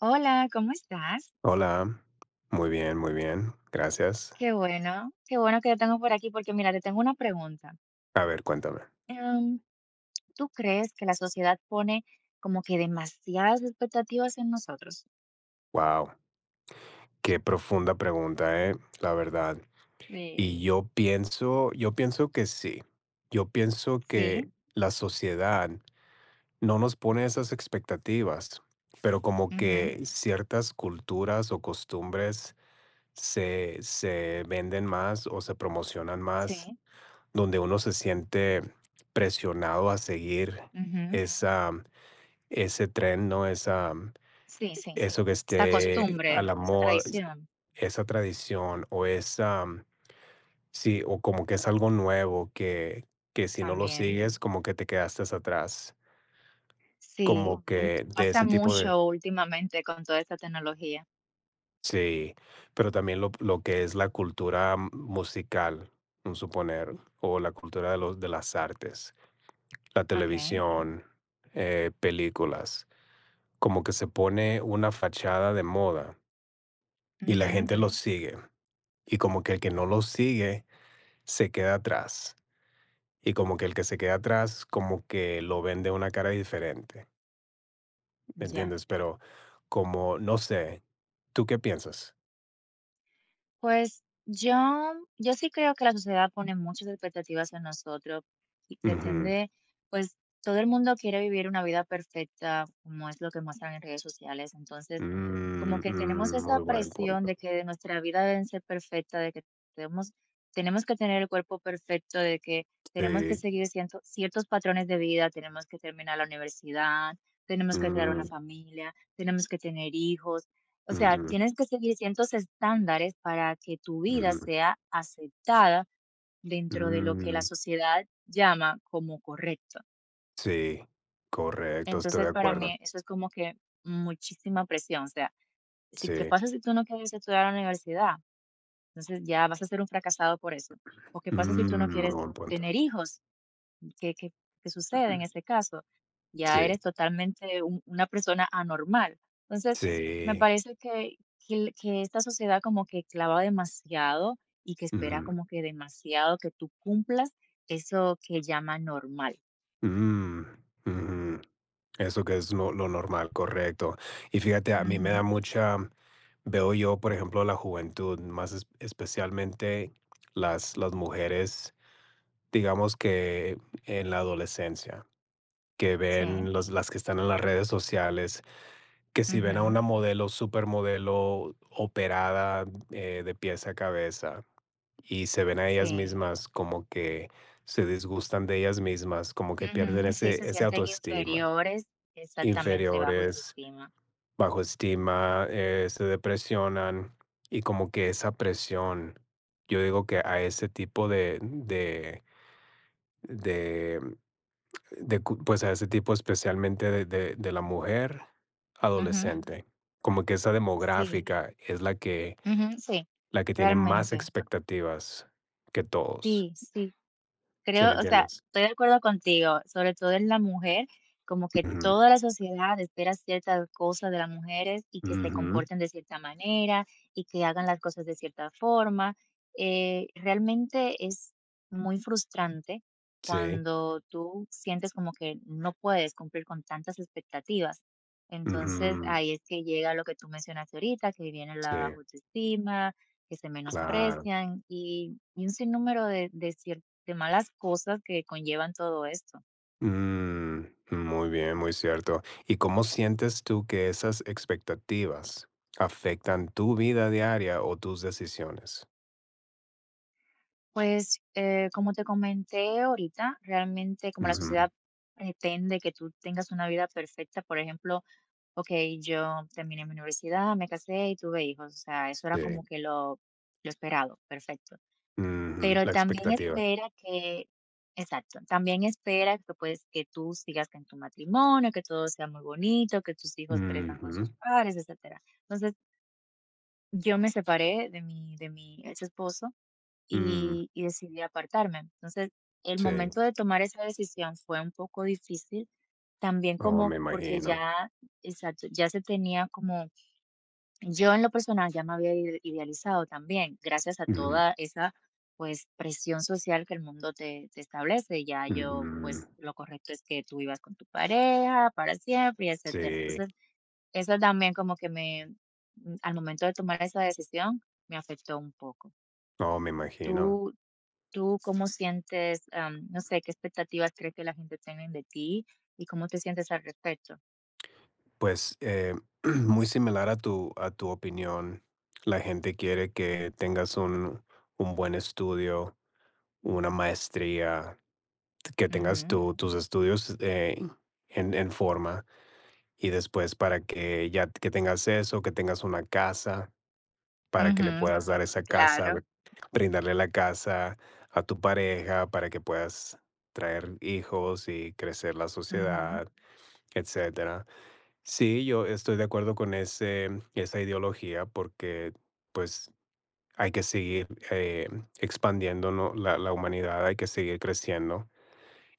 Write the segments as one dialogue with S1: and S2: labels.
S1: Hola, ¿cómo estás?
S2: Hola, muy bien, gracias.
S1: Qué bueno que te tengo por aquí, porque mira, te tengo una pregunta.
S2: A ver, cuéntame.
S1: Em, ¿tú crees que la sociedad pone como que demasiadas expectativas en nosotros?
S2: Wow, qué profunda pregunta, ¿eh? La verdad.
S1: Sí,
S2: Y yo pienso que sí. Yo pienso que
S1: sí,
S2: la sociedad no nos pone esas expectativas, pero como
S1: ujú,
S2: que ciertas culturas o costumbres se venden más o se promocionan más,
S1: sí,
S2: donde uno se siente presionado a seguir
S1: ujú,
S2: esa ese tren, ¿no? Esa
S1: sí, sí.
S2: Eso que
S1: Esta
S2: esté a
S1: costumbre,
S2: la
S1: esta
S2: moda,
S1: tradición
S2: esa tradición o esa, sí, o como que es algo nuevo que si no lo
S1: también.
S2: sigues, como que te quedaste atrás,
S1: Sí,
S2: como que de
S1: pasa
S2: ese tipo de,
S1: mucho últimamente con toda esta tecnología.
S2: sí, pero también lo que es la cultura musical, un suponer, o la cultura de los, de las artes, la
S1: Ok,
S2: televisión, películas, como que se pone una fachada de moda y la
S1: ujú,
S2: gente lo sigue. Y como que el que no lo sigue, se queda atrás. Y como que el que se queda atrás, como que lo ven de una cara diferente, ¿me
S1: ya.
S2: entiendes? Pero como, no sé, ¿tú qué piensas?
S1: Pues yo sí creo que la sociedad pone muchas expectativas en nosotros y
S2: Ujú.
S1: pretende, pues todo el mundo quiere vivir una vida perfecta, como es lo que muestran en redes sociales. Entonces, como
S2: Mm,
S1: que tenemos
S2: mm,
S1: esa
S2: muy buen
S1: presión de
S2: punto.
S1: que nuestra vida debe ser perfecta, de que tenemos, tenemos que tener el cuerpo perfecto, de que tenemos que
S2: Sí.
S1: seguir ciertos patrones de vida, tenemos que terminar la universidad, tenemos que crear una
S2: Mm,
S1: familia, tenemos que tener hijos. O sea,
S2: ujú,
S1: tienes que seguir ciertos estándares para que tu vida
S2: ujú.
S1: sea aceptada dentro de lo que la
S2: Mm,
S1: sociedad llama como correcto.
S2: sí, correcto, estoy
S1: Entonces,
S2: de
S1: para
S2: acuerdo.
S1: mí eso es como que muchísima presión. O sea, si, ¿qué
S2: Sí.
S1: pasa si tú no quieres estudiar a la universidad? Entonces ya vas a ser un fracasado por eso. ¿O qué pasa si tú no
S2: Mm, muy
S1: quieres
S2: buen punto.
S1: tener hijos? ¿Qué qué qué sucede en ese caso? Ya
S2: Sí,
S1: eres totalmente un una persona anormal. Entonces, me
S2: sí.
S1: parece que el que esta sociedad como que clava demasiado y que espera
S2: Ujú.
S1: como que demasiado que tú cumplas eso que llama normal.
S2: Mm, ujú. Eso que es lo normal, correcto. Y fíjate, a mí me
S1: Ujú,
S2: da mucha veo yo, por ejemplo, la juventud, más especialmente las mujeres, digamos que en la adolescencia, que
S1: sí,
S2: ven las que están en las redes sociales, que si ven a
S1: ujú,
S2: una modelo, supermodelo operada de pies a cabeza y se ven a ellas
S1: sí,
S2: mismas como que se disgustan de ellas mismas, como que pierden
S1: ujú, sí,
S2: ese,
S1: se
S2: ese
S1: sienten
S2: autoestima,
S1: inferiores, exactamente, bajo tu
S2: inferiores.
S1: estima,
S2: Bajo estima, se depresionan y como que esa presión, yo digo que a ese tipo de de cu pues, a ese tipo especialmente de la mujer adolescente, como que esa
S1: sí,
S2: demográfica es
S1: ujú, sí,
S2: la que tiene más
S1: realmente,
S2: expectativas que todos,
S1: sí, sí.
S2: ¿sí
S1: Creo,
S2: me
S1: o sea,
S2: entiendes?
S1: estoy de acuerdo contigo, sobre todo en la mujer, como que
S2: Ujú,
S1: toda la sociedad espera ciertas cosas de las mujeres y que se
S2: ujú,
S1: comporten de cierta manera y que hagan las cosas de cierta forma. Realmente es muy frustrante
S2: sí,
S1: cuando tú sientes como que no puedes cumplir con tantas expectativas. Entonces
S2: ujú,
S1: ahí es que llega lo que tú mencionaste ahorita, que viene la baja
S2: sí,
S1: autoestima, que se
S2: claro.
S1: menosprecian y un sinnúmero de ciertas de malas cosas que conllevan todo esto.
S2: Mm, muy bien, muy cierto. ¿Y cómo sientes tú que esas expectativas afectan tu vida diaria o tus decisiones?
S1: Pues, como te comenté ahorita, realmente como la sociedad
S2: Ujú,
S1: pretende que tú tengas una vida perfecta, por ejemplo, ok, yo terminé mi universidad, me casé y tuve hijos, o sea, eso era como
S2: sí.
S1: que lo, esperado, perfecto.
S2: Ujú,
S1: Pero
S2: la
S1: también
S2: expectativa.
S1: espera que, exacto, también espera que, pues, que tú sigas en tu matrimonio, que todo sea muy bonito, que tus hijos crezcan con
S2: Ujú,
S1: sus padres, etcétera. Entonces, yo me separé de mi, ex esposo
S2: mm,
S1: y decidí apartarme. Entonces, el
S2: sí.
S1: momento de tomar esa decisión fue un poco difícil, también
S2: Oh, me
S1: como porque
S2: imagino.
S1: ya, exacto, ya se tenía como, yo en lo personal ya me había idealizado también, gracias a
S2: Ujú,
S1: toda esa pues presión social que el mundo te, establece, ya yo
S2: ujú,
S1: pues lo correcto es que tú ibas con tu pareja para siempre, y etcétera.
S2: sí.
S1: Entonces, eso también como que al momento de tomar esa decisión, me afectó un poco.
S2: Oh, me imagino.
S1: ¿Tú ¿Tú cómo sientes, no sé, qué expectativas crees que la gente tienen de ti y cómo te sientes al respecto?
S2: Pues muy similar a tu opinión, la gente quiere que tengas un buen estudio, una maestría, que tengas
S1: Ujú,
S2: tus estudios en forma y después para que ya que tengas eso, que tengas una casa, para que le
S1: ujú,
S2: puedas dar esa casa,
S1: claro.
S2: brindarle la casa a tu pareja, para que puedas traer hijos y crecer la
S1: Ujú,
S2: sociedad, etcétera. Sí, yo estoy de acuerdo con ese, esa ideología porque pues hay que seguir expandiendo, ¿no? La humanidad, hay que seguir creciendo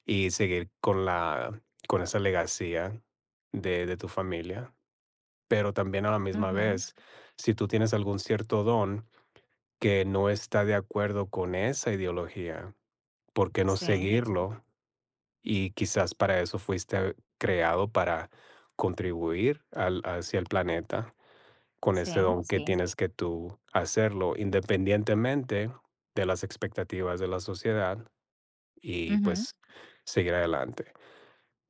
S2: y seguir con la con esa legacía de tu familia. Pero también a la misma
S1: ujú.
S2: vez, si tú tienes algún cierto don que no está de acuerdo con esa ideología, ¿por qué no
S1: Sí,
S2: seguirlo? Y quizás para eso fuiste creado, para contribuir al hacia el planeta con
S1: sí,
S2: ese don que
S1: sí.
S2: tienes que tú hacerlo, independientemente de las expectativas de la sociedad y,
S1: Ujú,
S2: pues, seguir adelante.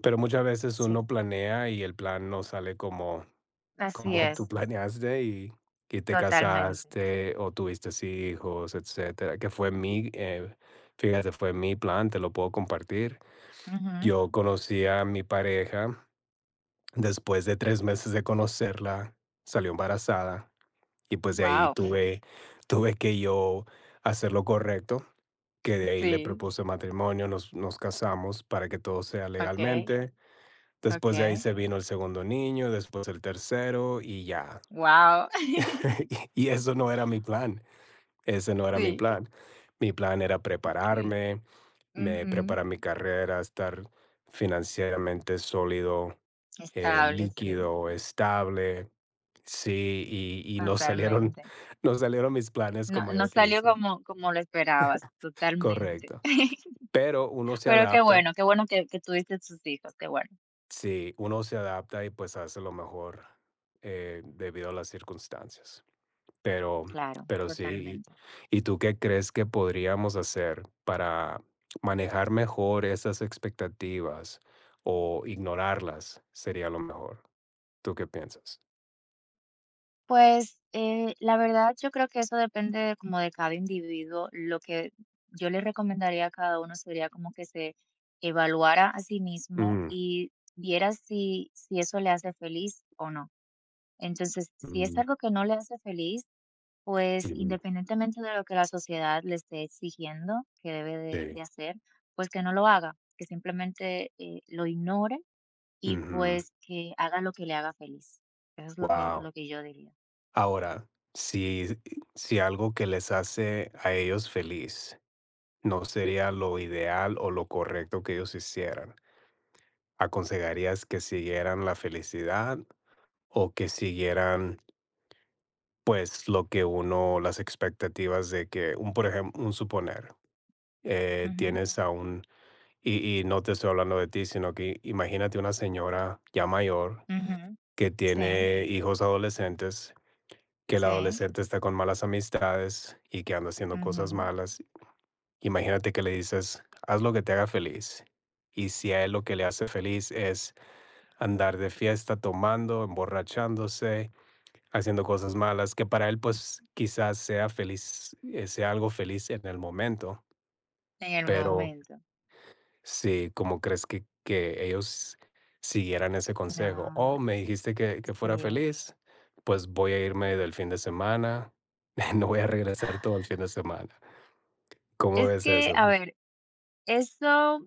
S2: Pero muchas veces
S1: sí.
S2: uno planea y el plan no sale como
S1: Así
S2: como tú
S1: es,
S2: planeaste y te
S1: totalmente.
S2: casaste o tuviste hijos, etcétera, que fue mi, fíjate, fue mi plan, te lo puedo compartir.
S1: Ujú.
S2: Yo conocí a mi pareja, después de 3 meses de conocerla, salió embarazada y, pues, de ahí
S1: Guau.
S2: tuve tuve que yo hacer lo correcto, que de ahí le
S1: Sí,
S2: propuse matrimonio, nos casamos para que todo sea
S1: okey,
S2: legalmente. Después de
S1: okey.
S2: ahí se vino el segundo niño, después el tercero y ya.
S1: Wow,
S2: Y eso no era mi plan, ese no era mi
S1: Sí,
S2: plan. Mi plan era
S1: okey.
S2: prepararme, me
S1: Ujú.
S2: preparar mi carrera, estar financieramente sólido,
S1: Estable, sí,
S2: líquido, estable. Sí, y no salieron
S1: totalmente.
S2: no salieron mis planes
S1: No
S2: como
S1: no
S2: yo
S1: salió
S2: quise.
S1: como lo esperabas, totalmente.
S2: Correcto. Pero uno se
S1: Pero
S2: adapta,
S1: qué bueno que tuviste tus hijos, qué bueno.
S2: sí, uno se adapta y, pues, hace lo mejor, debido a las circunstancias. Pero
S1: Claro,
S2: pero sí,
S1: totalmente.
S2: ¿y tú qué crees que podríamos hacer para manejar mejor esas expectativas o ignorarlas? Sería lo mejor. ¿Tú qué piensas?
S1: Pues, la verdad, yo creo que eso depende como de cada individuo. Lo que yo le recomendaría a cada uno sería como que se evaluara a sí mismo
S2: Mm,
S1: y viera si eso le hace feliz o no. Entonces, si es
S2: mm,
S1: algo que no le hace feliz, pues,
S2: ujú,
S1: independientemente de lo que la sociedad le esté exigiendo que debe de
S2: sí,
S1: de hacer, pues, que no lo haga, que simplemente, lo ignore. Y
S2: ujú.
S1: pues que haga lo que le haga feliz. Eso es lo que yo diría.
S2: Ahora, si si algo que les hace a ellos feliz no sería lo ideal o lo correcto que ellos hicieran, ¿aconsejarías que siguieran la felicidad o que siguieran? Pues, lo que uno las expectativas de que un por ejemplo un suponer,
S1: Ujú.
S2: tienes a un y no te estoy hablando de ti, sino que imagínate una señora ya mayor
S1: Ujú,
S2: que
S1: sí,
S2: tiene hijos adolescentes, que el
S1: sí,
S2: adolescente está con malas amistades y que anda haciendo cosas
S1: ujú.
S2: malas. Imagínate que le dices: "Haz lo que te haga feliz". Y si a él lo que le hace feliz es andar de fiesta, tomando, emborrachándose haciendo cosas malas, que para él, pues, quizás sea feliz, sea algo feliz en el momento,
S1: En el
S2: pero
S1: momento.
S2: sí, ¿cómo crees que ellos siguieran ese consejo?
S1: No,
S2: Oh, me dijiste que fuera
S1: sí.
S2: feliz, pues voy a irme del fin de semana, no voy a regresar todo el fin de semana. ¿Cómo
S1: Es
S2: ves
S1: que,
S2: eso?
S1: a ver, eso.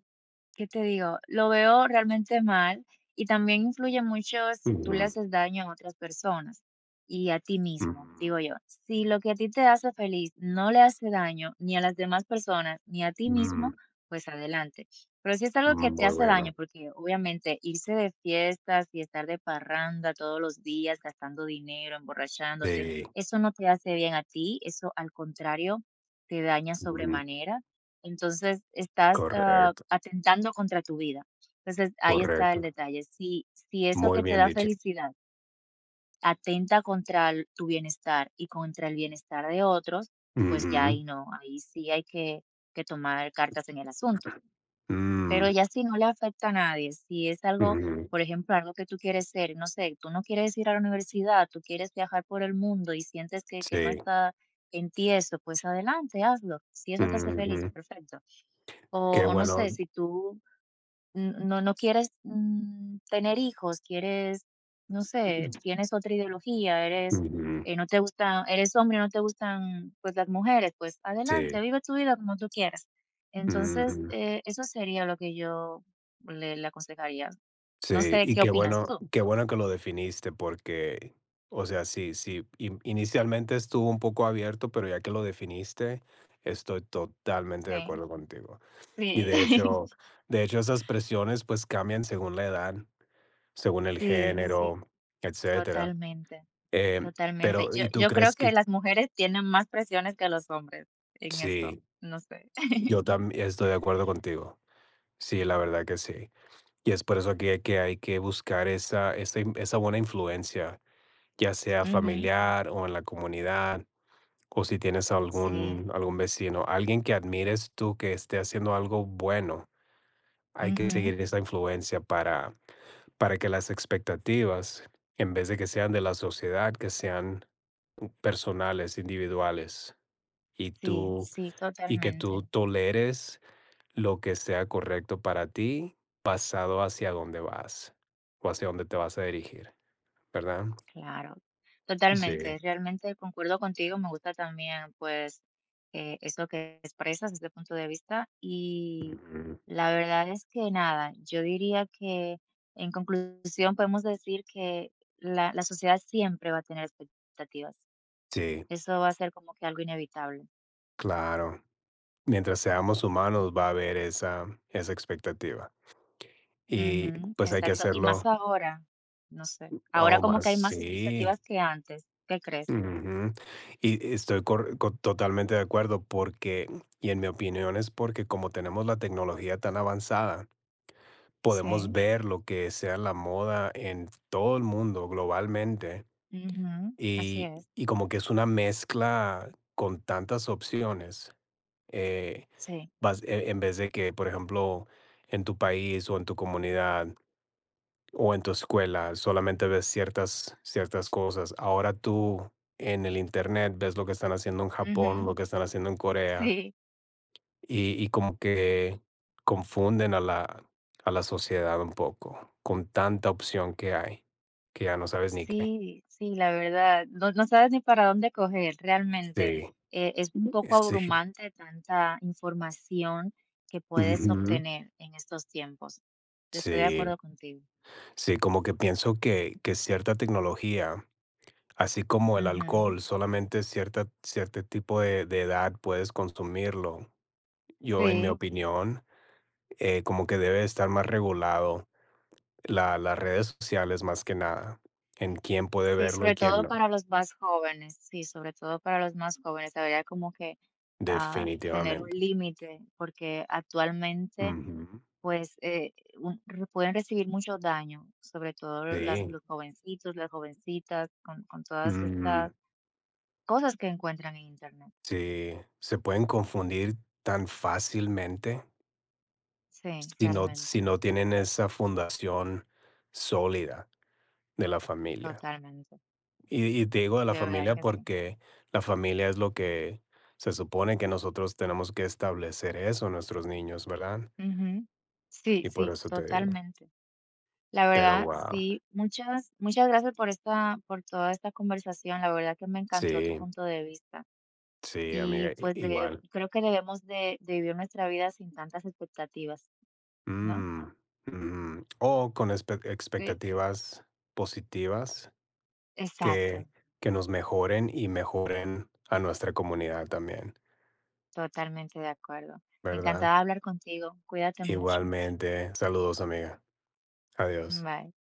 S1: ¿Qué te digo? Lo veo realmente mal y también influye mucho si tú le
S2: Ujú,
S1: haces daño a otras personas y a ti
S2: ujú,
S1: mismo, digo yo. Si lo que a ti te hace feliz no le hace daño ni a las demás personas ni a ti mismo,
S2: mm,
S1: pues adelante. Pero si es algo que te
S2: muy
S1: hace daño,
S2: bueno.
S1: porque obviamente irse de fiestas y estar de parranda todos los días, gastando dinero, emborrachándote,
S2: Sí,
S1: eso no te hace bien a ti, eso al contrario te daña
S2: ujú,
S1: sobremanera. Entonces, estás,
S2: correcto,
S1: atentando contra tu vida. Entonces, ahí está el
S2: correcto.
S1: detalle. Si eso
S2: Muy
S1: que te
S2: bien
S1: da
S2: dicho.
S1: felicidad atenta contra el tu bienestar y contra el bienestar de otros, pues ya
S2: Ujú,
S1: ahí no, ahí sí hay que tomar cartas en el asunto. Pero
S2: mm,
S1: ya si no le afecta a nadie, si es algo,
S2: ujú.
S1: por ejemplo, algo que tú quieres ser, no sé, tú no quieres ir a la universidad, tú quieres viajar por el mundo y sientes que no
S2: Sí,
S1: está en ti eso, pues adelante, hazlo. Si eso te hace feliz,
S2: ujú,
S1: perfecto. O
S2: qué
S1: o no sé,
S2: bueno,
S1: si tú n no no quieres, tener hijos, quieres, no sé, tienes otra ideología, eres,
S2: ujú,
S1: no te gusta eres hombre, no te gustan, pues, las mujeres, pues, adelante,
S2: sí,
S1: vive tu vida como tú quieras. Entonces,
S2: ujú,
S1: eso sería lo que yo le aconsejaría. No
S2: sí,
S1: sé,
S2: y
S1: ¿qué opinas tú?
S2: qué bueno que lo definiste porque, o sea, sí, sí, in inicialmente estuvo un poco abierto, pero ya que lo definiste, estoy totalmente de
S1: Sí,
S2: acuerdo contigo. Y
S1: sí.
S2: de hecho, esas presiones, pues, cambian según la edad, según el
S1: Sí, sí,
S2: género, etcétera,
S1: totalmente,
S2: em,
S1: totalmente.
S2: pero, ¿y tú
S1: Yo creo
S2: crees
S1: que
S2: que?
S1: las mujeres tienen más presiones que los hombres en eso,
S2: Sí,
S1: no sé.
S2: yo también estoy de acuerdo contigo. Sí, la verdad que sí. Y es por eso que hay que buscar esa, esa, esa buena influencia, ya sea familiar o en la comunidad, o si tienes
S1: Sí,
S2: algún, algún vecino, alguien que admires tú que esté haciendo algo bueno. Hay que
S1: ujú,
S2: seguir esa influencia para que las expectativas, en vez de que sean de la sociedad, que sean personales, individuales, y
S1: sí,
S2: tú,
S1: sí,
S2: y que tú
S1: totalmente,
S2: toleres lo que sea correcto para ti, pasado hacia dónde vas o hacia dónde te vas a dirigir, ¿verdad?
S1: claro,
S2: Sí,
S1: totalmente. Realmente concuerdo contigo, me gusta también, pues, eso que expresas desde el punto de vista y
S2: ujú,
S1: la verdad es que nada, yo diría que en conclusión podemos decir que la sociedad siempre va a tener expectativas.
S2: sí,
S1: Eso va a ser como que algo inevitable.
S2: claro. Mientras seamos humanos va a haber esa, esa expectativa y
S1: Ujú,
S2: pues hay que sí,
S1: exacto. Y más
S2: hacerlo,
S1: ahora, no sé, ahora
S2: oh,
S1: como
S2: más,
S1: que hay más
S2: sí.
S1: expectativas que antes. ¿Qué crees?
S2: Ujú. Y estoy totalmente de acuerdo porque, y en mi opinión es porque como tenemos la tecnología tan avanzada, podemos
S1: Sí.
S2: ver lo que sea la moda en todo el mundo globalmente.
S1: Ujú, así es,
S2: Y como que es una mezcla con tantas opciones, eh,
S1: sí.
S2: vas en vez de que, por ejemplo, en tu país o en tu comunidad o en tu escuela solamente ves ciertas ciertas cosas, ahora tú en el Internet ves lo que están haciendo en Japón,
S1: Ujú,
S2: lo que están haciendo en Corea,
S1: sí,
S2: y como que confunden a la sociedad un poco con tanta opción que hay, que ya no sabes ni qué.
S1: sí, sí, la verdad, no sabes ni para dónde coger realmente.
S2: Sí,
S1: Es un poco
S2: sí,
S1: abrumante tanta información que puedes
S2: ujú.
S1: obtener en estos tiempos. Estoy de acuerdo
S2: Sí,
S1: contigo.
S2: sí, como que pienso que cierta tecnología, así como el
S1: Ujú,
S2: alcohol, solamente cierta cierto tipo de edad puedes consumirlo. Yo, en mi
S1: sí.
S2: opinión, como que debe estar más regulado la las redes sociales, más que nada, en quién puede
S1: Sí,
S2: verlo y
S1: sobre
S2: quién
S1: todo
S2: no,
S1: para los más jóvenes, sí, sobre todo para los más jóvenes, habría como que tener un
S2: definitivamente.
S1: límite, porque actualmente
S2: Ujú.
S1: pues pueden recibir mucho daño, sobre todo
S2: Sí,
S1: los jovencitos, las jovencitas, con, todas
S2: mm,
S1: estas cosas que encuentran en internet.
S2: sí, se pueden confundir tan fácilmente
S1: Sí,
S2: si no si
S1: realmente,
S2: no tienen esa fundación sólida. De la familia.
S1: totalmente,
S2: Y te digo de la
S1: de verdad
S2: familia
S1: que sí.
S2: porque la familia es lo que se supone que nosotros tenemos que establecer eso en nuestros niños, ¿verdad?
S1: Ujú. Sí,
S2: Y por
S1: sí,
S2: eso te digo.
S1: totalmente. La
S2: Pero,
S1: verdad,
S2: guau,
S1: sí, muchas, muchas gracias por esta, por toda esta conversación. La verdad que me encantó tu
S2: sí,
S1: punto de vista.
S2: sí,
S1: Y
S2: amiga, i
S1: pues
S2: igual.
S1: creo que debemos de vivir nuestra vida sin tantas expectativas, ¿no?
S2: Mm, ujú. O con
S1: Sí.
S2: expectativas positivas
S1: Exacto,
S2: que que nos mejoren y mejoren a nuestra comunidad también,
S1: totalmente de acuerdo.
S2: ¿verdad?
S1: Encantada de hablar contigo. Cuídate mucho.
S2: Igualmente. Saludos, amiga. Adiós.
S1: Bye.